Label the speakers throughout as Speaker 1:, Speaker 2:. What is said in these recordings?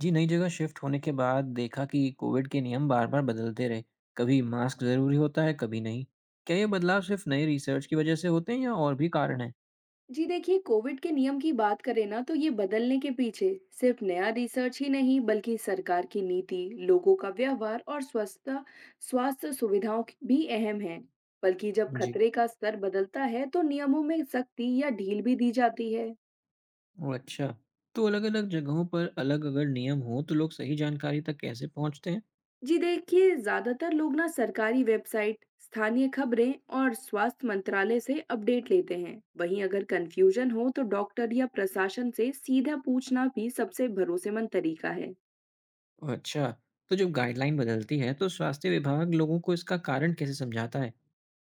Speaker 1: जी, नई जगह शिफ्ट होने के बाद देखा कि कोविड के नियम बार-बार बदलते रहे। कभी मास्क ज़रूरी होता है, कभी नहीं। क्या ये बदलाव सिर्फ नए रिसर्च की वजह से होते हैं या और भी कारण हैं?
Speaker 2: जी देखिए, कोविड के नियम की बात करें ना तो ये बदलने के पीछे सिर्फ नया रिसर्च ही नहीं बल्कि सरकार की नीति, लोगों का व्यवहार और स्वस्थता, स्वास्थ्य सुविधाओं की- भी अहम है। बल्कि जब
Speaker 1: जी।
Speaker 2: खतरे का स्तर बदलता है तो नियमों में सख्ती या ढील भी दी जाती है।
Speaker 1: ओह, अच्छा। तो अलग-अलग जगहों पर अलग अगर नियम हो तो लोग सही जानकारी तक कैसे पहुंचते हैं?
Speaker 2: जी देखिए, ज्यादातर लोग ना सरकारी वेबसाइट, स्थानीय खबरें और स्वास्थ्य मंत्रालय से अपडेट लेते हैं। वहीं अगर कंफ्यूजन हो तो डॉक्टर या प्रशासन से सीधा पूछना भी सबसे भरोसेमंद तरीका है।
Speaker 1: ओह, अच्छा। तो जब गाइडलाइन बदलती है तो स्वास्थ्य विभाग लोगों को इसका कारण कैसे समझाता है?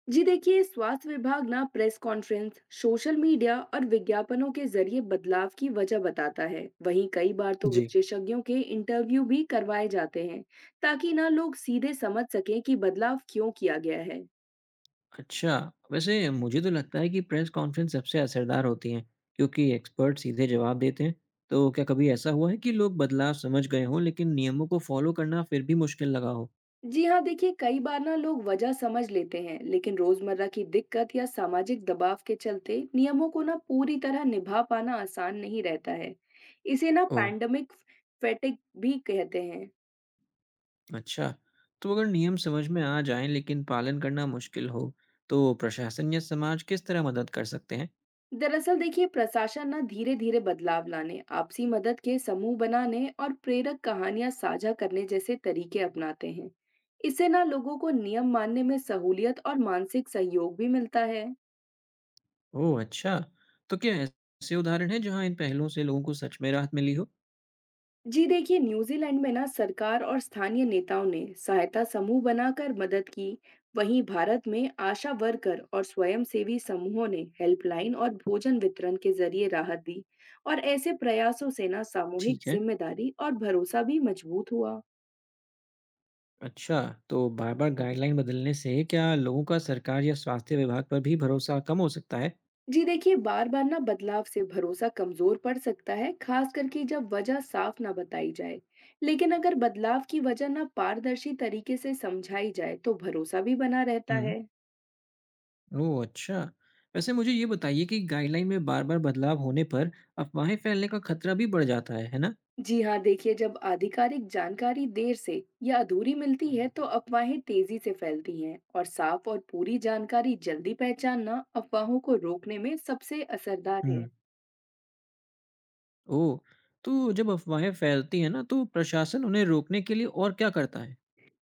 Speaker 2: जी देखिए, स्वास्थ्य विभाग ना प्रेस कॉन्फ्रेंस, सोशल मीडिया और विज्ञापनों के जरिए बदलाव की वजह बताता है। वहीं कई बार तो
Speaker 1: जी।
Speaker 2: विशेषज्ञों के इंटरव्यू भी करवाए जाते हैं, ताकि ना लोग सीधे समझ सकें कि बदलाव क्यों किया गया है।
Speaker 1: अच्छा, वैसे मुझे तो लगता है कि प्रेस कॉन्फ्रेंस सबसे असरदार होती हैं, क्योंकि एक्सपर्ट सीधे जवाब देते हैं। तो क्या कभी ऐसा हुआ है कि लोग बदलाव समझ गए हों, लेकिन नियमों को फॉलो करना फिर भी मुश्किल लगा हो?
Speaker 2: जी हाँ देखिए, कई बार ना लोग वजह समझ लेते हैं लेकिन रोजमर्रा की दिक्कत या सामाजिक दबाव के चलते नियमों को ना पूरी तरह निभा पाना आसान नहीं रहता है। इसे ना
Speaker 1: ओह,
Speaker 2: पैंडमिक फेटिक भी कहते हैं।
Speaker 1: अच्छा। तो अगर नियम समझ में आ जाएं, लेकिन पालन करना मुश्किल हो, तो प्रशासन या समाज किस तरह मदद कर सकते हैं?
Speaker 2: दरअसल देखिए, प्रशासन ना धीरे धीरे बदलाव लाने, आपसी मदद के समूह बनाने और प्रेरक कहानियां साझा करने जैसे तरीके अपनाते हैं। इससे ना लोगों को नियम मानने में सहूलियत और मानसिक सहयोग भी मिलता है।
Speaker 1: ओह, अच्छा। तो क्या ऐसे उदाहरण हैं जहां इन पहलों से लोगों को सच में राहत मिली हो?
Speaker 2: जी देखिए, न्यूजीलैंड में ना सरकार और स्थानीय नेताओं ने सहायता समूह बनाकर मदद की। वहीं भारत में आशा वर्कर और स्वयंसेवी समूहों ने हेल्पलाइन और भोजन वितरण के जरिए राहत दी। और ऐसे प्रयासों से ना सामूहिक
Speaker 1: ठीक है।
Speaker 2: जिम्मेदारी और भरोसा भी मजबूत हुआ।
Speaker 1: अच्छा, तो बार-बार गाइडलाइन बदलने से क्या लोगों का सरकार या स्वास्थ्य विभाग पर भी भरोसा कम हो सकता है?
Speaker 2: जी देखिए, बार बार ना बदलाव से भरोसा कमजोर पड़ सकता है, खास करके जब वजह साफ ना बताई जाए। लेकिन अगर बदलाव की वजह ना पारदर्शी तरीके से समझाई जाए तो भरोसा भी बना रहता
Speaker 1: हम्म।
Speaker 2: है।
Speaker 1: ओह अच्छा, वैसे मुझे ये बताइए कि गाइडलाइन में बार-बार बदलाव होने पर अफवाहें फैलने का खतरा भी बढ़ जाता है ना?
Speaker 2: जी हाँ देखिए, जब आधिकारिक जानकारी देर से या अधूरी मिलती है तो अफवाहें तेजी से फैलती हैं, और साफ और पूरी जानकारी जल्दी पहचानना अफवाहों को रोकने में सबसे असरदार है।
Speaker 1: हम्म। ओह, तो जब अफवाहें फैलती हैं ना तो प्रशासन उन्हें रोकने के लिए और क्या करता है?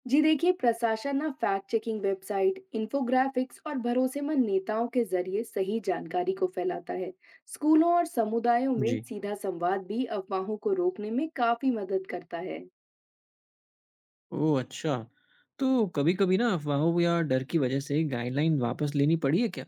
Speaker 2: जी देखिए, प्रशासन ना फैक्ट चेकिंग वेबसाइट, इंफोग्राफिक्स और भरोसेमंद नेताओं के जरिए सही जानकारी को फैलाता है। स्कूलों और समुदायों में
Speaker 1: जी।
Speaker 2: सीधा संवाद भी अफवाहों को रोकने में काफी मदद करता है।
Speaker 1: ओह अच्छा, तो कभी-कभी ना अफवाहों या डर की वजह से गाइडलाइन वापस लेनी पड़ी है क्या?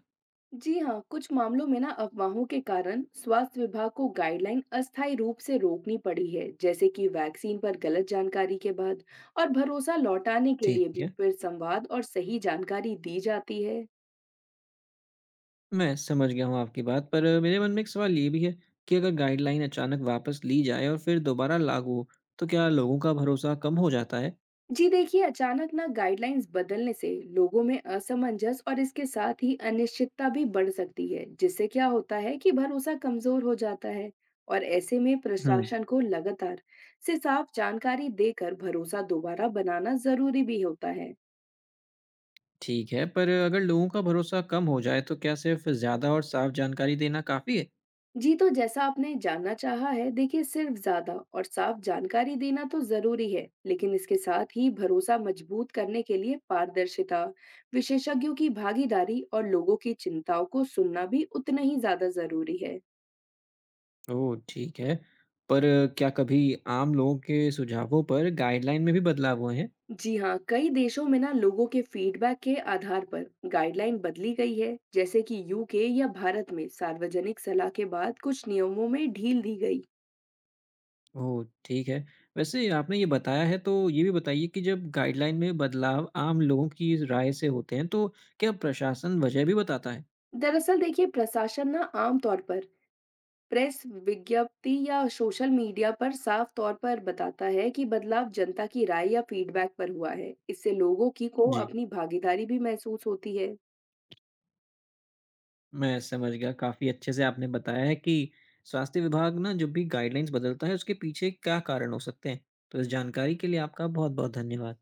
Speaker 2: जी हाँ, कुछ मामलों में ना अफवाहों के कारण स्वास्थ्य विभाग को गाइडलाइन अस्थायी रूप से रोकनी पड़ी है, जैसे कि वैक्सीन पर गलत जानकारी के बाद। और भरोसा लौटाने के लिए
Speaker 1: ठीक
Speaker 2: भी
Speaker 1: है।
Speaker 2: फिर संवाद और सही जानकारी दी जाती है।
Speaker 1: मैं समझ गया हूँ आपकी बात पर, मेरे मन में एक सवाल ये भी है कि अगर गाइडलाइन अचानक वापस ली जाए और फिर दोबारा लागू हो तो क्या लोगों का भरोसा कम हो जाता है।
Speaker 2: जी देखिए, अचानक ना गाइडलाइंस बदलने से लोगों में असमंजस और इसके साथ ही अनिश्चितता भी बढ़ सकती है, जिससे क्या होता है कि भरोसा कमजोर हो जाता है। और ऐसे में
Speaker 1: हम्म।
Speaker 2: प्रशासन को लगातार से साफ जानकारी देकर भरोसा दोबारा बनाना जरूरी भी होता है।
Speaker 1: ठीक है, पर अगर लोगों का भरोसा कम हो जाए तो क्या सिर्फ ज़्यादा और साफ जानकारी देना काफ़ी है?
Speaker 2: जी तो जैसा आपने जानना चाहा है, देखिए सिर्फ ज्यादा और साफ जानकारी देना तो जरूरी है, लेकिन इसके साथ ही भरोसा मजबूत करने के लिए पारदर्शिता, विशेषज्ञों की भागीदारी और लोगों की चिंताओं को सुनना भी उतना ही ज्यादा जरूरी है।
Speaker 1: ओह, ठीक है। पर, क्या कभी आम लोगों के सुझावों पर गाइडलाइन में भी बदलाव हुए हैं?
Speaker 2: जी हाँ, कई देशों में ना लोगों के फीडबैक के आधार पर गाइडलाइन बदली गई है, जैसे कि यूके या भारत में सार्वजनिक सलाह के बाद कुछ नियमों में ढील दी गई।
Speaker 1: ओह, ठीक है। वैसे आपने ये बताया है तो ये भी बताइए कि जब गाइडलाइन में बदलाव आम लोगों की राय से होते हैं तो क्या प्रशासन वजह भी बताता है?
Speaker 2: दरअसल देखिए, प्रशासन ना आमतौर पर प्रेस विज्ञप्ति या सोशल मीडिया पर साफ तौर पर बताता है कि बदलाव जनता की राय या फीडबैक पर हुआ है। इससे लोगों की को
Speaker 1: जी,
Speaker 2: अपनी भागीदारी भी महसूस होती है।
Speaker 1: मैं समझ गया। काफ़ी अच्छे से आपने बताया है कि स्वास्थ्य विभाग ना जब भी गाइडलाइंस बदलता है उसके पीछे क्या कारण हो सकते हैं। तो इस जानकारी के लिए आपका बहुत-बहुत धन्यवाद।